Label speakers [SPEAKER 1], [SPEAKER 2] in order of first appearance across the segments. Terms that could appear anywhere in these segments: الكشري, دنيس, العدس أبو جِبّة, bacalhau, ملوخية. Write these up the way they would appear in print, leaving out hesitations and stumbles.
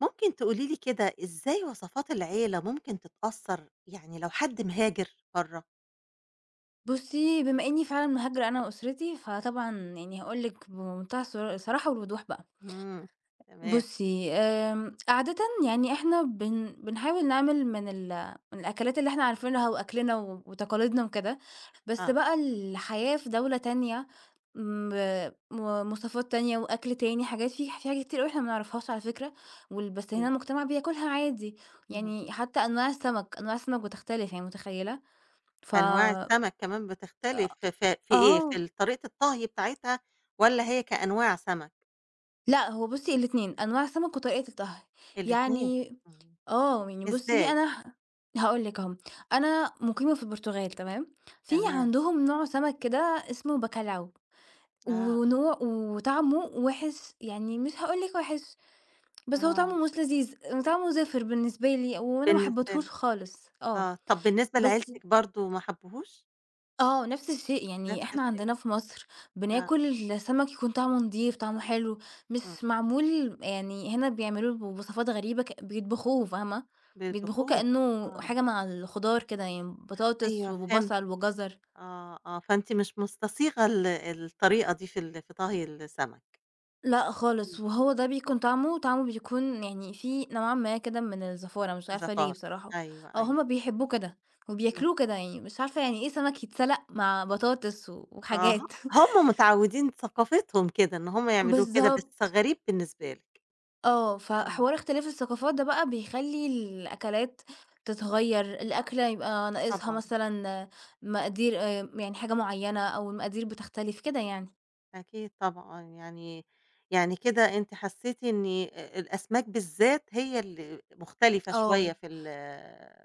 [SPEAKER 1] ممكن تقولي لي كده إزاي وصفات العيلة ممكن تتأثّر يعني لو حد مهاجر برّه؟
[SPEAKER 2] بُصّي، بما إنّي فعلًا مهاجرة أنا وأسرتي، فطبعًا يعني هاقول لِك بمنتهى الصراحة والوضوح بقى.
[SPEAKER 1] إمم. تمام.
[SPEAKER 2] بُصّي، عادةً يعني إحنا بنحاول نعمل من الأكلات اللي إحنا عارفينها وأكلنا وتقاليدنا وكده، بس
[SPEAKER 1] آه.
[SPEAKER 2] بقى الحياة في دولة تانية م م مواصفات تانية وأكل تاني، حاجات في في حاجات كتير أوي إحنا ما نعرفهاش على فكرة، بس هنا
[SPEAKER 1] أكيد.
[SPEAKER 2] المجتمع بياكلها عادي،
[SPEAKER 1] اهم.
[SPEAKER 2] يعني حتى أنواع السمك، أنواع السمك بتختلف يعني متخيّلة؟ ف
[SPEAKER 1] أنواع السمك كمان بتختلف في إيه، في
[SPEAKER 2] آه.
[SPEAKER 1] ال طريقة الطهي بتاعتها والّا هي كأنواع سمك؟
[SPEAKER 2] لأ، هو بُصّي الاتنين، أنواع السمك وطريقة الطهي،
[SPEAKER 1] الاتنين.
[SPEAKER 2] يعني
[SPEAKER 1] إمم.
[SPEAKER 2] آه، يعني بُصّي
[SPEAKER 1] إزاي؟
[SPEAKER 2] أنا ه هاقول لِك أهو، أنا مُقيمة في البرتغال تمام، في
[SPEAKER 1] تمام.
[SPEAKER 2] عندهم نوع سمك كده اسمه بacalhau،
[SPEAKER 1] آه،
[SPEAKER 2] وطعمه وِحِش، يعني مش هاقول لِك وِحِش، بس هو طعمه
[SPEAKER 1] آه،
[SPEAKER 2] مش لذيذ، طعمه زافر بالنسبة لي وأنا ما
[SPEAKER 1] بالنسبة
[SPEAKER 2] حبيتهوش
[SPEAKER 1] لِك.
[SPEAKER 2] خالص، آه،
[SPEAKER 1] آه، طَب بالنسبة
[SPEAKER 2] بس
[SPEAKER 1] لعيلتِك برضه ما حبّوهوش؟
[SPEAKER 2] آه، نفس الشيء، يعني
[SPEAKER 1] نفس
[SPEAKER 2] إحنا
[SPEAKER 1] الشيء.
[SPEAKER 2] عندنا في مصر
[SPEAKER 1] آه.
[SPEAKER 2] بناكل سمك يكون طعمه نضيف، طعمه حلو،
[SPEAKER 1] إمم.
[SPEAKER 2] مش معمول يعني هنا بيعملوه بوصفات غريبة بيطبخوه فاهمة، بيطبخوه
[SPEAKER 1] بالدخول.
[SPEAKER 2] كأنه
[SPEAKER 1] آه،
[SPEAKER 2] حاجة مع الخضار كده يعني بطاطس
[SPEAKER 1] أيوه فهمت.
[SPEAKER 2] وبصل وجزر،
[SPEAKER 1] آه، آه، فأنتِ مش مستصيغة الطريقة دي في طهي السمك.
[SPEAKER 2] لأ
[SPEAKER 1] إمم.
[SPEAKER 2] خالص، وهو ده بيكون طعمه بيكون يعني فيه نوعًا ما كده من الزفارة، مش عارفة ليه
[SPEAKER 1] زفار.
[SPEAKER 2] بصراحة،
[SPEAKER 1] أيوه،
[SPEAKER 2] أو
[SPEAKER 1] أيوه.
[SPEAKER 2] هُم بيحبوه كده
[SPEAKER 1] إمم.
[SPEAKER 2] وبياكلوه كده يعني، مش عارفة يعني إيه سمك يتسلق مع بطاطس و
[SPEAKER 1] آه،
[SPEAKER 2] وحاجات
[SPEAKER 1] هم متعودين ثقافتهم كده، إن هم يعملوه كده، بس
[SPEAKER 2] بالضبط.
[SPEAKER 1] غريب بالنسبة لِك.
[SPEAKER 2] آه،
[SPEAKER 1] إمم.
[SPEAKER 2] فحوار اختلاف الثقافات ده بقى بيخلّي الأكلات تتغيّر،
[SPEAKER 1] طبعًا.
[SPEAKER 2] الأكلة يبقى ناقصها
[SPEAKER 1] طبعًا.
[SPEAKER 2] مثلًا مقادير يعني حاجة معيّنة أو المقادير بتختلف كده يعني.
[SPEAKER 1] أكيد طبعًا. يعني كده أنتِ حسيتِ إن الأسماك بالذات هي اللي مختلفة شوية
[SPEAKER 2] آه،
[SPEAKER 1] في ال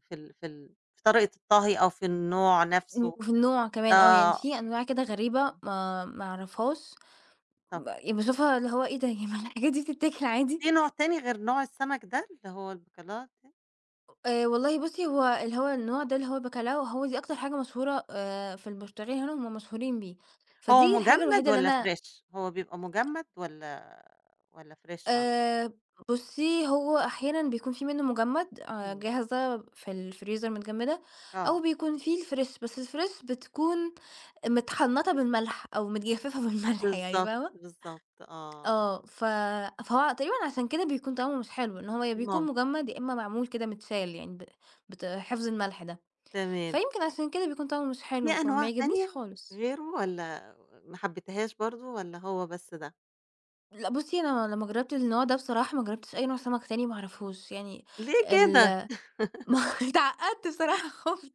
[SPEAKER 1] في ال في ال في طريقة الطهي أو في النوع نفسه.
[SPEAKER 2] وفي النوع كمان آه، يعني
[SPEAKER 1] آه.
[SPEAKER 2] في أنواع كده غريبة
[SPEAKER 1] إمم.
[SPEAKER 2] ما أعرفهاش،
[SPEAKER 1] طب
[SPEAKER 2] ب باشوفها اللي هو إيه ده، هي ما الحاجات دي بتتاكل عادي؟
[SPEAKER 1] في نوع تاني غير نوع السمك ده، اللي هو البكالات ده؟
[SPEAKER 2] والله بُصّي هو اللي هو النوع ده اللي هو الباكالاو، هو دي أكتر حاجة مشهورة في البرتغال، هنا هُم مشهورين بيه،
[SPEAKER 1] هو
[SPEAKER 2] فدي الحاجة
[SPEAKER 1] مجمد
[SPEAKER 2] الوحيدة اللي
[SPEAKER 1] والّا
[SPEAKER 2] أنا
[SPEAKER 1] فريش؟ هو بيبقى مجمد والّا فريش عندكم؟
[SPEAKER 2] آآ، بُصّي، هو أحيانًا بيكون في منه مجمّد،
[SPEAKER 1] إمم،
[SPEAKER 2] جاهزة في الفريزر متجمّدة، أو
[SPEAKER 1] آه،
[SPEAKER 2] بيكون في الفريش، بس الفريش بتكون متحنطة بالملح أو متجففة بالملح يعني
[SPEAKER 1] بالضبط،
[SPEAKER 2] فاهمة؟
[SPEAKER 1] بالضبط آه،
[SPEAKER 2] آه، فهو تقريبًا عشان كده بيكون طعمه مش حلو، إن هو يا بيكون
[SPEAKER 1] ممكن.
[SPEAKER 2] مجمّد يا إما معمول كده متشال يعني بت حفظ الملح ده،
[SPEAKER 1] تمام.
[SPEAKER 2] فيمكن عشان كده بيكون طعمه مش
[SPEAKER 1] في
[SPEAKER 2] حلو، فما
[SPEAKER 1] أنواع
[SPEAKER 2] يعجبنيش
[SPEAKER 1] تانية
[SPEAKER 2] خالص.
[SPEAKER 1] غيره والّا ما حبيتهاش برضه والّا هو بس ده؟
[SPEAKER 2] لأ بُصّي، أنا لمّا جرّبت النوع ده بصراحة ما جرّبتش أي نوع سمك تاني ما أعرفهوش، يعني
[SPEAKER 1] ليه كده؟
[SPEAKER 2] ال ما اتعقدت بصراحة خُفت.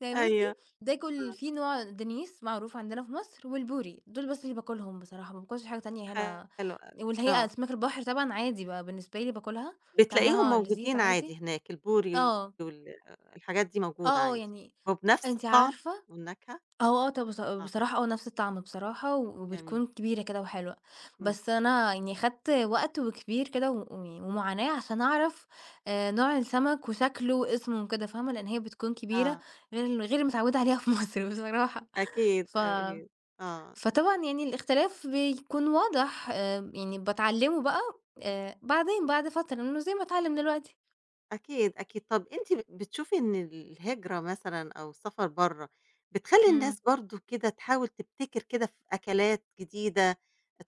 [SPEAKER 2] يعني بُصّي،
[SPEAKER 1] أيوه.
[SPEAKER 2] باكل في نوع دنيس معروف عندنا في مصر والبوري، دول بس اللي باكلهم بصراحة، ما باكلش حاجة تانية
[SPEAKER 1] آه،
[SPEAKER 2] هنا
[SPEAKER 1] حلو أوي،
[SPEAKER 2] واللي هي
[SPEAKER 1] آه،
[SPEAKER 2] أسماك البحر طبعًا عادي بقى بالنسبة لي باكلها،
[SPEAKER 1] بتلاقيهم
[SPEAKER 2] طعمها لذيذ
[SPEAKER 1] موجودين عادي
[SPEAKER 2] عادي.
[SPEAKER 1] هناك، البوري
[SPEAKER 2] آه،
[SPEAKER 1] الحاجات دي موجودة
[SPEAKER 2] آه، آه،
[SPEAKER 1] عادي،
[SPEAKER 2] يعني
[SPEAKER 1] وبنفس
[SPEAKER 2] أنتِ
[SPEAKER 1] الطعم
[SPEAKER 2] عارفة
[SPEAKER 1] والنكهة؟
[SPEAKER 2] آه، آه، طب
[SPEAKER 1] آه.
[SPEAKER 2] بصراحة آه، نفس الطعم بصراحة،
[SPEAKER 1] جميل.
[SPEAKER 2] وبتكون كبيرة كده وحلوة،
[SPEAKER 1] إمم.
[SPEAKER 2] بس أنا يعني خدت وقت وكبير كده ومعاناة عشان أعرف، نوع السمك وشكله واسمه وكده فاهمة، لأن هي بتكون كبيرة
[SPEAKER 1] آه،
[SPEAKER 2] غير المتعودة عليها في مصر بصراحة،
[SPEAKER 1] أكيد،
[SPEAKER 2] ف
[SPEAKER 1] أكيد، آه،
[SPEAKER 2] فطبعًا يعني الاختلاف بيكون واضح، يعني باتعلمه بقى بعدين بعد فترة، إنه زي ما اتعلم دلوقتي.
[SPEAKER 1] أكيد، أكيد. طَب أنتِ بتشوفي إن الهجرة مثلًا أو السفر برّه بتخلّي
[SPEAKER 2] إمم.
[SPEAKER 1] الناس برضه كده تحاول تبتكر كده في أكلات جديدة،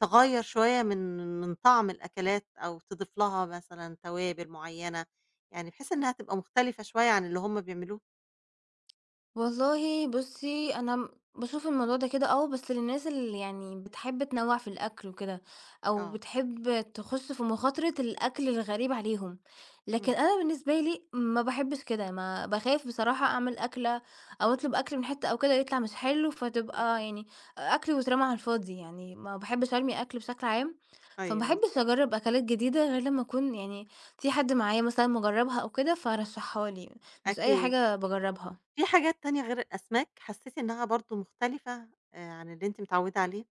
[SPEAKER 1] تغيّر شوية من طعم الأكلات أو تضيف لها مثلًا توابل معيّنة، يعني بحيث إنها تبقى مختلفة شوية عن اللي هم بيعملوه؟
[SPEAKER 2] والله بُصّي، أنا م باشوف الموضوع ده كده آه، بس للناس اللي يعني بتحب تنوّع في الأكل وكده، أو
[SPEAKER 1] آه،
[SPEAKER 2] بتحب تخُش في مخاطرة الأكل الغريب عليهم، لكن
[SPEAKER 1] إمم،
[SPEAKER 2] أنا بالنسبة لي ما باحبش كده، ما باخاف بصراحة أعمل أكلة أو أطلب أكل من حتّة أو كده يطلع مش حلو،
[SPEAKER 1] إمم،
[SPEAKER 2] فتبقى يعني أكل واترمى على الفاضي، يعني ما باحبش أرمي أكل بشكل عام، فما
[SPEAKER 1] أيوه
[SPEAKER 2] باحبش
[SPEAKER 1] بالضبط،
[SPEAKER 2] أجرّب أكلات جديدة غير لمّا أكون يعني في حد معايا مثلًا مجرّبها أو كده فرشّحها لي، مش أي
[SPEAKER 1] أكيد.
[SPEAKER 2] حاجة باجرّبها.
[SPEAKER 1] في حاجات تانية غير الأسماك حسّيتِ إنها برضه مختلفة عن اللي أنتِ متعوّدة عليه؟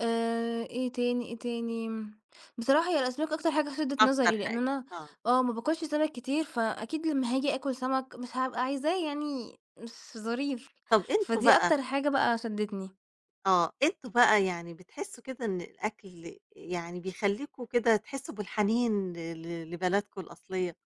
[SPEAKER 2] إيه تاني، إيه تاني، بصراحة هي الأسماك أكتر حاجة شدِّت
[SPEAKER 1] أكتر
[SPEAKER 2] نظري، لإن
[SPEAKER 1] حاجة.
[SPEAKER 2] أنا
[SPEAKER 1] آه.
[SPEAKER 2] آه، ما باكلش سمك كتير، فأكيد لمّا هاجي آكل سمك مش هابقى عايزاه، يعني مش ظريف،
[SPEAKER 1] طب أنتم
[SPEAKER 2] فدي
[SPEAKER 1] بقى.
[SPEAKER 2] أكتر حاجة بقى شدِّتني.
[SPEAKER 1] آه، أنتم بقى يعني بتحسّوا كده إن الأكل يعني بيخلّيكم كده تحسّوا بالحنين لبلدكم الأصلية؟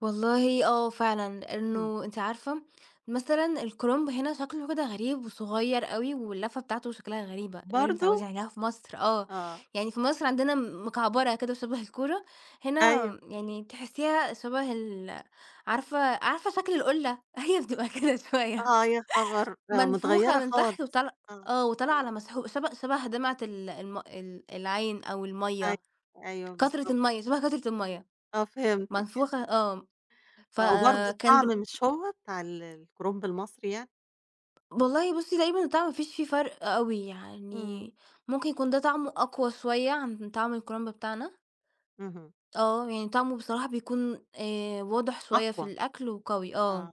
[SPEAKER 2] والله آه فعلًا،
[SPEAKER 1] إمم.
[SPEAKER 2] إنه أنتِ عارفة مثلًا الكرنب هنا شكله كده غريب وصغير أوي، واللفة بتاعته شكلها غريبة، غير
[SPEAKER 1] برضه؟
[SPEAKER 2] متعودين عليها في مصر آه،
[SPEAKER 1] آه،
[SPEAKER 2] يعني في مصر عندنا مكعبرة كده شبه الكورة، هنا
[SPEAKER 1] أيوه،
[SPEAKER 2] يعني تحسيها شبه عارفة عارفة شكل القلة؟ هي بتبقى كده شوية
[SPEAKER 1] آه يا خبر! آه،
[SPEAKER 2] منفوخة
[SPEAKER 1] متغيّرة
[SPEAKER 2] من تحت
[SPEAKER 1] خالص.
[SPEAKER 2] وطالعة
[SPEAKER 1] آه،
[SPEAKER 2] آه، وطالعة على
[SPEAKER 1] آه،
[SPEAKER 2] مسحوق شبه شبه دمعة ال العين أو
[SPEAKER 1] أيوه،
[SPEAKER 2] المَيّة،
[SPEAKER 1] أيوه
[SPEAKER 2] قطرة
[SPEAKER 1] بالضبط،
[SPEAKER 2] المَيّة شبه قطرة المَيّة
[SPEAKER 1] آه فهمتِك،
[SPEAKER 2] منفوخة آه،
[SPEAKER 1] آه، وبرضه
[SPEAKER 2] فكان
[SPEAKER 1] الطعم مش هو بتاع الكرنب المصري يعني؟
[SPEAKER 2] والله بُصّي، تقريبًا الطعم ما فيش فيه فرق أوي،
[SPEAKER 1] إمم،
[SPEAKER 2] يعني ممكن يكون ده طعمه أقوى شوية عن طعم الكُرنب بتاعنا،
[SPEAKER 1] اهم،
[SPEAKER 2] آه، يعني طعمه بصراحة بيكون واضح شوية في
[SPEAKER 1] أقوى،
[SPEAKER 2] الأكل وقوي آه،
[SPEAKER 1] آه،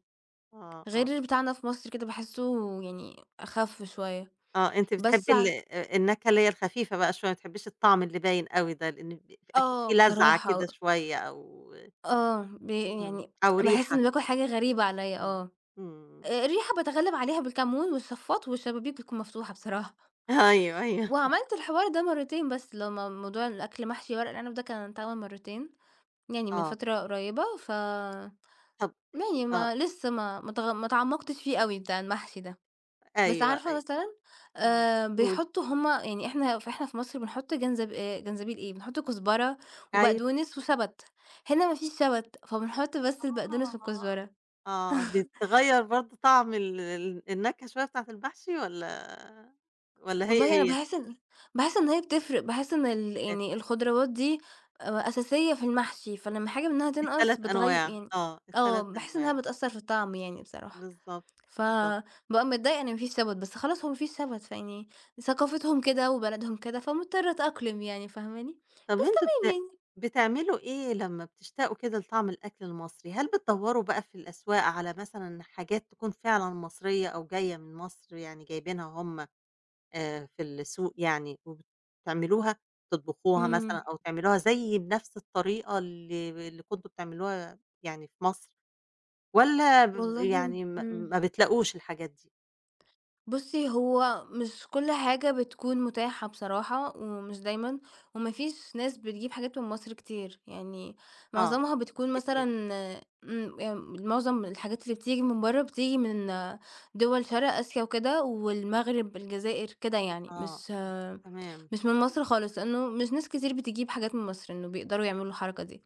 [SPEAKER 1] آه،
[SPEAKER 2] غير
[SPEAKER 1] آه.
[SPEAKER 2] اللي بتاعنا في مصر كده باحسّه يعني أخَف شوية،
[SPEAKER 1] آه، أنتِ
[SPEAKER 2] بس
[SPEAKER 1] بتحبي
[SPEAKER 2] ع
[SPEAKER 1] ال النكهة اللي هي الخفيفة بقى شوية، ما بتحبيش الطعم اللي باين أوي ده، لإن أكيد في
[SPEAKER 2] آه،
[SPEAKER 1] لَذعة
[SPEAKER 2] بصراحة
[SPEAKER 1] كده شوية أو
[SPEAKER 2] آه،
[SPEAKER 1] إمم،
[SPEAKER 2] يعني
[SPEAKER 1] أو
[SPEAKER 2] باحس
[SPEAKER 1] ريحة،
[SPEAKER 2] إنّي باكل حاجة غريبة عليّا
[SPEAKER 1] إمم،
[SPEAKER 2] آه،
[SPEAKER 1] إمم،
[SPEAKER 2] الريحة باتغلّب عليها بالكمون والشفاط والشبابيك بتكون مفتوحة بصراحة،
[SPEAKER 1] أيوه، أيوه،
[SPEAKER 2] وعملت الحوار ده مرّتين بس، لمّا موضوع الأكل محشي ورق العنب ده كان اتعمل مرّتين. يعني من
[SPEAKER 1] آه،
[SPEAKER 2] فترة قريّبة،
[SPEAKER 1] طب
[SPEAKER 2] يعني
[SPEAKER 1] آه،
[SPEAKER 2] ما لسه ما اتعمّقتش فيه أوي بتاع المحشي ده، بس
[SPEAKER 1] أيوه،
[SPEAKER 2] عارفة
[SPEAKER 1] أيوه،
[SPEAKER 2] مثلًا
[SPEAKER 1] آه، قولي،
[SPEAKER 2] بيحطّوا هُم يعني إحنا فإحنا في مصر بنحُط جنزبيل إيه، بنحُط كزبرة
[SPEAKER 1] أيوه،
[SPEAKER 2] وبقدونس وشبت، هنا ما فيش شبت، فبنحُط بس البقدونس والكزبرة.
[SPEAKER 1] آه، آه، بتغيّر برضه طعم ال ال النكهة شوية بتاعة المحشي والّا والّا هي،
[SPEAKER 2] والله أنا
[SPEAKER 1] هي؟
[SPEAKER 2] باحس إن باحس إن هي بتفرق، باحس إن يعني الخضروات دي أساسية في المحشي، فلمّا حاجة منها تنقص
[SPEAKER 1] التلات أنواع،
[SPEAKER 2] يعني
[SPEAKER 1] آه،
[SPEAKER 2] آه،
[SPEAKER 1] ال3
[SPEAKER 2] باحس
[SPEAKER 1] أنواع،
[SPEAKER 2] إنها بتأثّر في الطعم يعني بصراحة.
[SPEAKER 1] بالضبط، بالضبط.
[SPEAKER 2] فبابقى متضايقة إن ما فيش سَبَت، بس خلاص هو ما فيش سَبَت، فيعني ثقافتهم كده وبلدهم كده، فمضطرة أتأقلم يعني فاهماني؟
[SPEAKER 1] طب
[SPEAKER 2] بس
[SPEAKER 1] أنتم
[SPEAKER 2] تمام يعني.
[SPEAKER 1] بتعملوا إيه لمّا بتشتاقوا كده لطعم الأكل المصري؟ هل بتدوّروا بقى في الأسواق على مثلًا حاجات تكون فعلًا مصرية أو جاية من مصر، يعني جايبينها هم في السوق يعني وبتعملوها، تطبخوها مثلًا
[SPEAKER 2] إمم.
[SPEAKER 1] أو تعملوها زي بنفس الطريقة اللي كنتم بتعملوها يعني في مصر، والّا
[SPEAKER 2] والله
[SPEAKER 1] يعني ما
[SPEAKER 2] إمم.
[SPEAKER 1] ما بتلاقوش الحاجات دي؟
[SPEAKER 2] بُصّي، هو مش كل حاجة بتكون متاحة بصراحة ومش دايمًا، وما فيش ناس بتجيب حاجات من مصر كتير، يعني
[SPEAKER 1] آه،
[SPEAKER 2] معظمها
[SPEAKER 1] مش
[SPEAKER 2] بتكون مثلًا
[SPEAKER 1] كتير.
[SPEAKER 2] إمم، معظم الحاجات اللي بتيجي من برّه بتيجي من آه، دول شرق آسيا وكده والمغرب، الجزائر، كده يعني
[SPEAKER 1] آه، أيوه، تمام.
[SPEAKER 2] مش من مصر خالص، لإنه مش ناس كتير بتجيب حاجات من مصر، إنه بيقدروا يعملوا الحركة دي،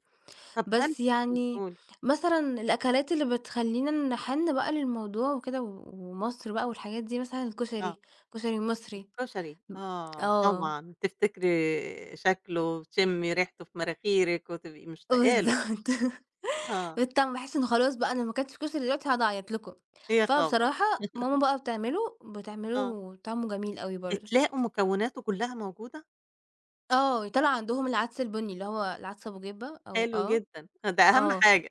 [SPEAKER 1] طب هل
[SPEAKER 2] بس يعني
[SPEAKER 1] قولي.
[SPEAKER 2] مثلًا الأكلات اللي بتخلّينا نحِن بقى للموضوع وكده ومصر بقى والحاجات دي مثلًا
[SPEAKER 1] آه.
[SPEAKER 2] الكشري، كشري مصري
[SPEAKER 1] الكشري،
[SPEAKER 2] م
[SPEAKER 1] آه
[SPEAKER 2] آه،
[SPEAKER 1] طبعًا، تفتكري شكله وتشمي ريحته في مناخيرِك وتبقي مشتاقة له،
[SPEAKER 2] بالضبط.
[SPEAKER 1] آه،
[SPEAKER 2] بالطعم باحس إنه خلاص بقى أنا ما اكلتش كشري دلوقتي هاقعد أعيط لكم،
[SPEAKER 1] يا خبر!
[SPEAKER 2] فبصراحة ماما بقى بتعمله،
[SPEAKER 1] آه،
[SPEAKER 2] بتعمله طعمه جميل أوي برضه.
[SPEAKER 1] بتلاقوا مكوناته كلها موجودة؟
[SPEAKER 2] آه، طلع عندهم العدس البني اللي هو العدس أبو جِبّة أو
[SPEAKER 1] حلو
[SPEAKER 2] آه،
[SPEAKER 1] جدًا، ده أهم
[SPEAKER 2] آه،
[SPEAKER 1] حاجة،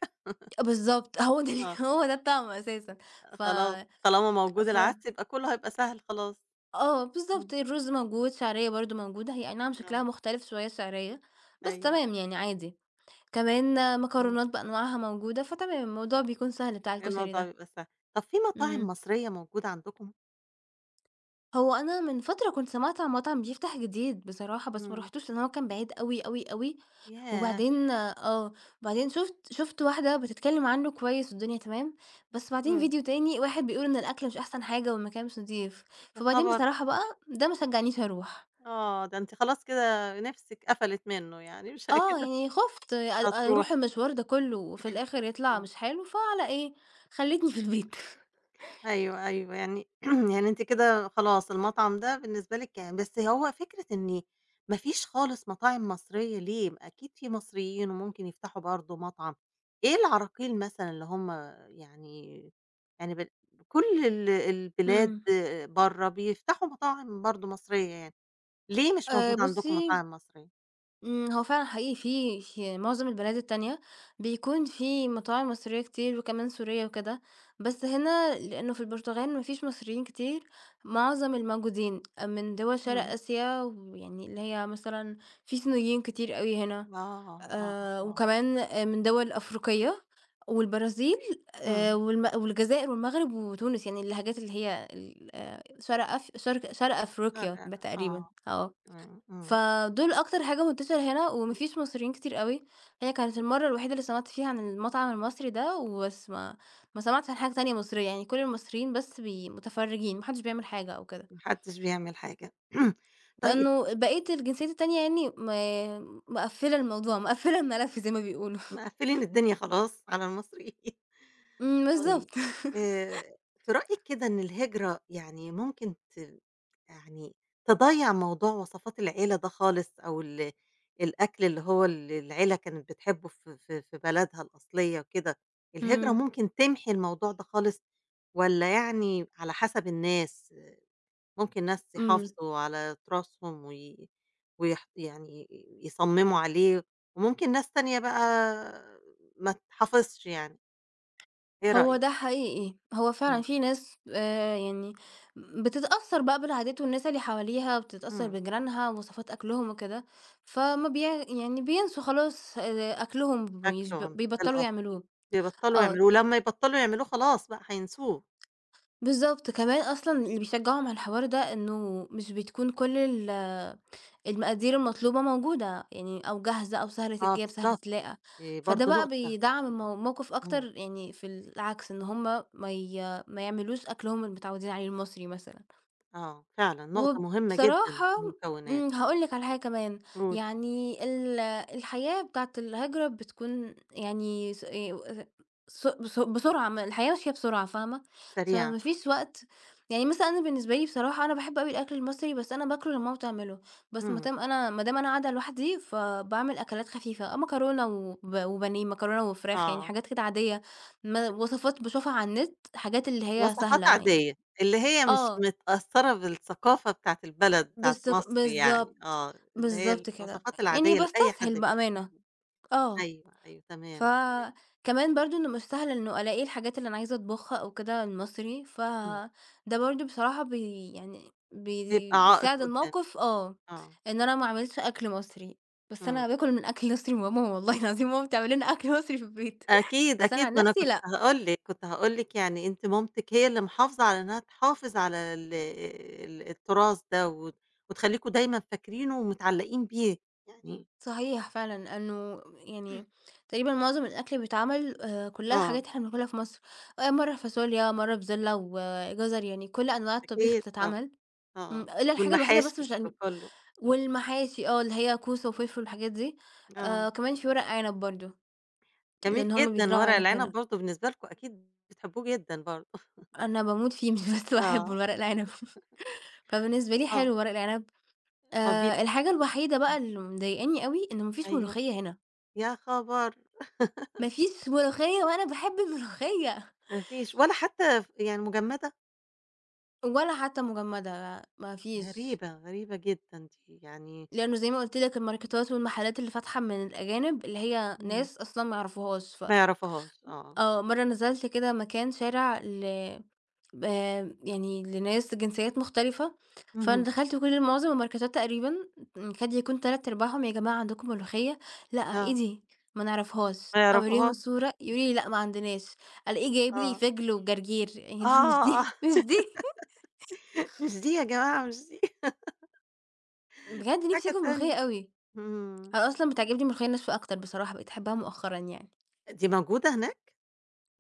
[SPEAKER 2] بالضبط، هو ده
[SPEAKER 1] آه،
[SPEAKER 2] هو ده الطعم أساسًا. ف
[SPEAKER 1] خلاص طالما موجود
[SPEAKER 2] ف
[SPEAKER 1] العدس يبقى كله هيبقى سهل خلاص،
[SPEAKER 2] آه،
[SPEAKER 1] إمم،
[SPEAKER 2] بالضبط، الرز موجود، شعرية برضه موجودة، هي أي نعم شكلها
[SPEAKER 1] آه،
[SPEAKER 2] مختلف شوية الشعرية، بس
[SPEAKER 1] أيوه،
[SPEAKER 2] تمام يعني عادي. كمان
[SPEAKER 1] إمم،
[SPEAKER 2] مكرونات بأنواعها موجودة، فتمام الموضوع بيكون سهل بتاع الكشري
[SPEAKER 1] الموضوع
[SPEAKER 2] ده.
[SPEAKER 1] بيبقى سهل. طب في مطاعم
[SPEAKER 2] إمم.
[SPEAKER 1] مصرية موجودة عندكم؟
[SPEAKER 2] هو أنا من فترة كنت سمعت عن مطعم بيفتح جديد بصراحة، بس ما
[SPEAKER 1] إمم،
[SPEAKER 2] رُحتوش لإن هو كان بعيد أوي، أوي، أوي،
[SPEAKER 1] ياه!
[SPEAKER 2] وبعدين آه، وبعدين شُفت واحدة بتتكلم عنه كويس والدنيا تمام، بس بعدين
[SPEAKER 1] إمم،
[SPEAKER 2] فيديو تاني واحد بيقول إن الأكل مش أحسن حاجة والمكان مش نضيف،
[SPEAKER 1] يا
[SPEAKER 2] فبعدين
[SPEAKER 1] خبر!
[SPEAKER 2] بصراحة بقى ده ما شجعنيش أروح،
[SPEAKER 1] آه، ده أنتِ خلاص كده نِفسِك قفلت منه يعني مش أكيد
[SPEAKER 2] آه، يعني خُفت
[SPEAKER 1] مش
[SPEAKER 2] أروح
[SPEAKER 1] هتروحي.
[SPEAKER 2] المشوار ده كلّه وفي الآخر يطلع
[SPEAKER 1] إمم.
[SPEAKER 2] مش حلو، فعلى إيه، خلّتني في البيت.
[SPEAKER 1] أيوه، أيوه. يعني يعني أنتِ كده خلاص المطعم ده بالنسبة لِك يعني بس هو فكرة إن ما فيش خالص مطاعم مصرية ليه؟ ما أكيد في مصريين وممكن يفتحوا برضه مطعم. إيه العراقيل مثلًا اللي هم يعني يعني كل البلاد
[SPEAKER 2] إمم،
[SPEAKER 1] برّه بيفتحوا مطاعم برضه مصرية يعني، ليه مش موجود عندكم
[SPEAKER 2] بُصّي
[SPEAKER 1] مطاعم مصرية؟
[SPEAKER 2] إمم، هو فعلًا حقيقي في في معظم البلاد التانية بيكون في مطاعم مصرية كتير وكمان سورية وكده، بس هنا لإنه في البرتغال ما فيش مصريين كتير، معظم الموجودين من دول شرق
[SPEAKER 1] إمم.
[SPEAKER 2] آسيا ويعني اللي هي مثلًا في صينيين كتير أوي هنا،
[SPEAKER 1] آه، آه،
[SPEAKER 2] آآ،
[SPEAKER 1] آه.
[SPEAKER 2] وكمان آآ، من دول أفريقية والبرازيل،
[SPEAKER 1] إمم.
[SPEAKER 2] والم والجزائر والمغرب وتونس، يعني اللهجات اللي هي آه، شرق أف شرق شرق أفريقيا
[SPEAKER 1] فرق
[SPEAKER 2] تقريبًا،
[SPEAKER 1] آه.
[SPEAKER 2] آه.
[SPEAKER 1] إمم، إمم.
[SPEAKER 2] فدول أكتر حاجة منتشرة هنا وما فيش مصريين كتير أوي، هي كانت المَرّة الوحيدة اللي سمعت فيها عن المطعم المصري ده وبس، ما سمعتش عن حاجة تانية مصرية، يعني كل المصريين بس متفرّجين، ما حدش بيعمل حاجة أو كده،
[SPEAKER 1] ما حدش بيعمل حاجة. طيب
[SPEAKER 2] لإنه بقية الجنسيات التانية يعني ما مقفّلة الموضوع، مقفّلة الملف زي ما بيقولوا.
[SPEAKER 1] مقفّلين الدنيا خلاص على المصريين.
[SPEAKER 2] إمم،
[SPEAKER 1] طيب
[SPEAKER 2] بالضبط.
[SPEAKER 1] في رأيِك كده إن الهجرة يعني ممكن ت يعني تضيّع موضوع وصفات العيلة ده خالص أو الأكل اللي هو العيلة كانت بتحبه في بلدها الأصلية وكده، الهجرة
[SPEAKER 2] إمم.
[SPEAKER 1] ممكن تمحي الموضوع ده خالص والّا يعني على حسب الناس؟ ممكن ناس
[SPEAKER 2] إمم.
[SPEAKER 1] يحافظوا على تراثهم وي ويح يعني يصمموا عليه، وممكن ناس تانية بقى ما تحافظش يعني، إيه
[SPEAKER 2] هو
[SPEAKER 1] رأيِك؟
[SPEAKER 2] ده حقيقي، هو
[SPEAKER 1] إمم،
[SPEAKER 2] فعلًا في ناس يعني بتتأثّر بقى بالعادات والناس اللي حواليها، بتتأثّر
[SPEAKER 1] إمم،
[SPEAKER 2] بجيرانها ووصفات أكلهم وكده، فما بي يعني بينسوا خلاص، أكلهم
[SPEAKER 1] أكل ده
[SPEAKER 2] بيبطّلوا
[SPEAKER 1] الأصل،
[SPEAKER 2] يعملوه.
[SPEAKER 1] بيبطّلوا
[SPEAKER 2] آه،
[SPEAKER 1] يعملوه، ولمّا يبطّلوا يعملوه خلاص بقى هينسوه،
[SPEAKER 2] بالضبط، كمان أصلًا اللي بيشجّعهم على الحوار ده إنه مش بتكون كل المقادير المطلوبة موجودة، يعني أو جاهزة أو سهلة
[SPEAKER 1] آه
[SPEAKER 2] الجِيب، سهلة
[SPEAKER 1] بالضبط،
[SPEAKER 2] التلاقى،
[SPEAKER 1] دي
[SPEAKER 2] فده
[SPEAKER 1] برضه
[SPEAKER 2] بقى
[SPEAKER 1] نقطة
[SPEAKER 2] بيدعّم
[SPEAKER 1] إمم،
[SPEAKER 2] الموقف
[SPEAKER 1] إمم،
[SPEAKER 2] أكتر يعني في العكس، إن هُم ما يعملوش أكلهم اللي متعوّدين عليه المصري مثلًا.
[SPEAKER 1] آه، فعلًا نقطة مهمة جدًا،
[SPEAKER 2] وبصراحة
[SPEAKER 1] المكونات،
[SPEAKER 2] إمم، هاقول لِك على حاجة كمان،
[SPEAKER 1] قولي
[SPEAKER 2] يعني الحياة بتاعة الهجرة بتكون يعني س إيه، س بس بسرعة، ما الحياة ماشية بسرعة فاهمة،
[SPEAKER 1] سريعًا،
[SPEAKER 2] فما فيش وقت، يعني مثلًا أنا بالنسبة لي بصراحة أنا باحب أوي الأكل المصري، بس أنا باكله لمّا ماما بتعمله، بس ما
[SPEAKER 1] إمم،
[SPEAKER 2] دام أنا قاعدة لوحدي فباعمل أكلات خفيفة، آه، مكرونة وبانيه، مكرونة وفراخ، يعني
[SPEAKER 1] آه.
[SPEAKER 2] حاجات كده عادية، ما وصفات باشوفها على النت، حاجات اللي هي
[SPEAKER 1] وصفات
[SPEAKER 2] سهلة يعني.
[SPEAKER 1] عادية، اللي هي مش
[SPEAKER 2] آه،
[SPEAKER 1] متأثّرة بالثقافة بتاعة البلد بتاعة مصر يعني،
[SPEAKER 2] بالضبط.
[SPEAKER 1] آه، اللي هي
[SPEAKER 2] بالضبط كده،
[SPEAKER 1] الوصفات
[SPEAKER 2] يعني
[SPEAKER 1] العادية لأي حد
[SPEAKER 2] باستسهل
[SPEAKER 1] بيعملها،
[SPEAKER 2] بأمانة، آه.
[SPEAKER 1] أيوه، أيوه، تمام، تمام،
[SPEAKER 2] فكمان برضه إنه مش سهل إنه ألاقي الحاجات اللي أنا عايزة أطبخها أو كده المصري،
[SPEAKER 1] إمم،
[SPEAKER 2] فده برضه بصراحة بي يعني بي
[SPEAKER 1] بيبقى عائق
[SPEAKER 2] بيساعد
[SPEAKER 1] قدّام،
[SPEAKER 2] الموقف آه،
[SPEAKER 1] آه،
[SPEAKER 2] إن أنا ما اعملش أكل مصري، بس
[SPEAKER 1] إمم،
[SPEAKER 2] أنا باكل من أكل مصري ماما، والله العظيم ماما بتعمل لنا أكل مصري في البيت،
[SPEAKER 1] أكيد،
[SPEAKER 2] بس أنا
[SPEAKER 1] أكيد،
[SPEAKER 2] عن
[SPEAKER 1] ما أنا
[SPEAKER 2] نفسي
[SPEAKER 1] كنت
[SPEAKER 2] لأ.
[SPEAKER 1] هاقول لِك، كنت هاقول لِك يعني أنتِ مامتِك هي اللي محافظة على إنها تحافظ على ال التراث ده وتخلّيكم دايمًا فاكرينه ومتعلّقين بيه يعني
[SPEAKER 2] صحيح فعلًا، لأنه يعني تقريبًا معظم الأكل بيتعمل، كلّها
[SPEAKER 1] آه،
[SPEAKER 2] حاجات إحنا بناكلها في مصر، مرّة فاصوليا، مرّة بِزِلة وجزر، يعني كل أنواع الطبيخ
[SPEAKER 1] أكيد طبعًا،
[SPEAKER 2] بتتعمل، إمم،
[SPEAKER 1] آه،
[SPEAKER 2] إلا الحاجة الوحيدة بس
[SPEAKER 1] والمحاشي
[SPEAKER 2] مش لأن
[SPEAKER 1] وكلّه،
[SPEAKER 2] والمحاشي آه، اللي هي كوسة وفلفل والحاجات دي،
[SPEAKER 1] آه.
[SPEAKER 2] كمان في ورق عنب برضه،
[SPEAKER 1] جميل
[SPEAKER 2] لإن هُم
[SPEAKER 1] جدًا
[SPEAKER 2] بيزرعوا
[SPEAKER 1] ورق
[SPEAKER 2] عنب
[SPEAKER 1] العنب
[SPEAKER 2] هنا،
[SPEAKER 1] برضه بالنسبة لكم أكيد بتحبوه جدًا برضه.
[SPEAKER 2] أنا باموت فيه مش بس باحبه
[SPEAKER 1] آه،
[SPEAKER 2] الورق العنب فبالنسبة لي
[SPEAKER 1] آه،
[SPEAKER 2] حلو ورق العنب،
[SPEAKER 1] هو بيبقى
[SPEAKER 2] الحاجة الوحيدة بقى اللي مضايقاني أوي إن ما فيش
[SPEAKER 1] أيوه،
[SPEAKER 2] ملوخية هنا،
[SPEAKER 1] يا خبر!
[SPEAKER 2] ما فيش ملوخية وأنا باحب الملوخية.
[SPEAKER 1] ما فيش ولا حتى يعني مجمدة؟
[SPEAKER 2] ولا حتى مجمدة، ما فيش،
[SPEAKER 1] غريبة، غريبة جدًا دي يعني
[SPEAKER 2] لأنه زي ما قُلت لك الماركتات والمحلات اللي فاتحة من الأجانب، اللي هي
[SPEAKER 1] إمم،
[SPEAKER 2] ناس أصلًا ما يعرفوهاش،
[SPEAKER 1] ما يعرفوهاش آه،
[SPEAKER 2] آه، مرّة نزلت كده مكان شارع ل يعني لناس جنسيات مختلفة، فأنا
[SPEAKER 1] اهم،
[SPEAKER 2] دخلت معظم الماركتات تقريبًا، كاد يكون تلات أرباعهم: "يا جماعة عندكم ملوخية؟" "لأ." "إيه
[SPEAKER 1] آه،
[SPEAKER 2] دي؟" "ما نعرفهاش."
[SPEAKER 1] ما
[SPEAKER 2] أورّيهم
[SPEAKER 1] يعرفوهاش
[SPEAKER 2] الصورة، يقولوا لي: "لأ ما عندناش." ألاقيه جايب لي
[SPEAKER 1] آه،
[SPEAKER 2] فِجل وجرجير، يعني
[SPEAKER 1] آه، آه،
[SPEAKER 2] مش دي.
[SPEAKER 1] مش دي يا جماعة مش دي
[SPEAKER 2] بجد نِفْسي
[SPEAKER 1] حاجة
[SPEAKER 2] آكل
[SPEAKER 1] تانية،
[SPEAKER 2] ملوخية أوي.
[SPEAKER 1] إمم،
[SPEAKER 2] أنا أصلًا بتعجبني ملوخية ناشفة أكتر بصراحة، بقيت أحبها مؤخرًا يعني.
[SPEAKER 1] دي موجودة هناك؟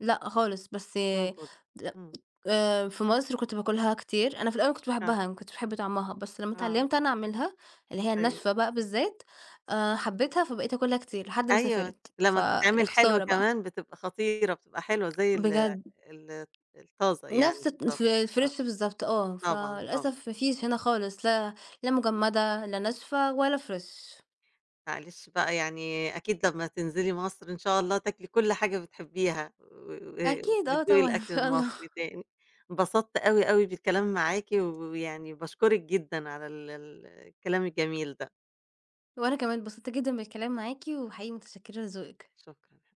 [SPEAKER 2] لأ خالص، بس
[SPEAKER 1] موجودة،
[SPEAKER 2] د
[SPEAKER 1] إمم،
[SPEAKER 2] في مصر كنت باكلها كتير، أنا في الأول كنت
[SPEAKER 1] آه،
[SPEAKER 2] باحبها، ما كنتش باحب طعمها، بس لمّا
[SPEAKER 1] آه،
[SPEAKER 2] اتعلمت أنا أعملها، اللي هي الناشفة
[SPEAKER 1] أيوه.
[SPEAKER 2] بقى بالذات، حبيتها فبقيت آكلها كتير لحد ما
[SPEAKER 1] أيوه،
[SPEAKER 2] سافرت،
[SPEAKER 1] لمّا
[SPEAKER 2] فيا
[SPEAKER 1] بتتعمل حلوة
[SPEAKER 2] خسارة بقى
[SPEAKER 1] كمان بتبقى خطيرة، بتبقى حلوة زي ال
[SPEAKER 2] بجد.
[SPEAKER 1] ال الطازة يعني
[SPEAKER 2] نفس الت
[SPEAKER 1] بالضبط،
[SPEAKER 2] الف
[SPEAKER 1] آه،
[SPEAKER 2] الفريش بالضبط آه،
[SPEAKER 1] طبعًا، طبعًا،
[SPEAKER 2] فللأسف ما فيش هنا خالص، لا لا مجمدة لا ناشفة ولا فريش.
[SPEAKER 1] معلش بقى يعني أكيد لمّا تنزلي مصر إن شاء الله تاكلي كل حاجة بتحبيها و و
[SPEAKER 2] أكيد آه
[SPEAKER 1] وتدوقي
[SPEAKER 2] طبعًا إن
[SPEAKER 1] الأكل
[SPEAKER 2] شاء الله.
[SPEAKER 1] المصري تاني، انبسطت أوي، أوي بالكلام معاكِ، ويعني باشكرِك جدًا على ال الكلام الجميل ده،
[SPEAKER 2] وأنا كمان اتبسطت جدًا بالكلام معاك، وحقيقي متشكرة لذوقِك.
[SPEAKER 1] شكرًا.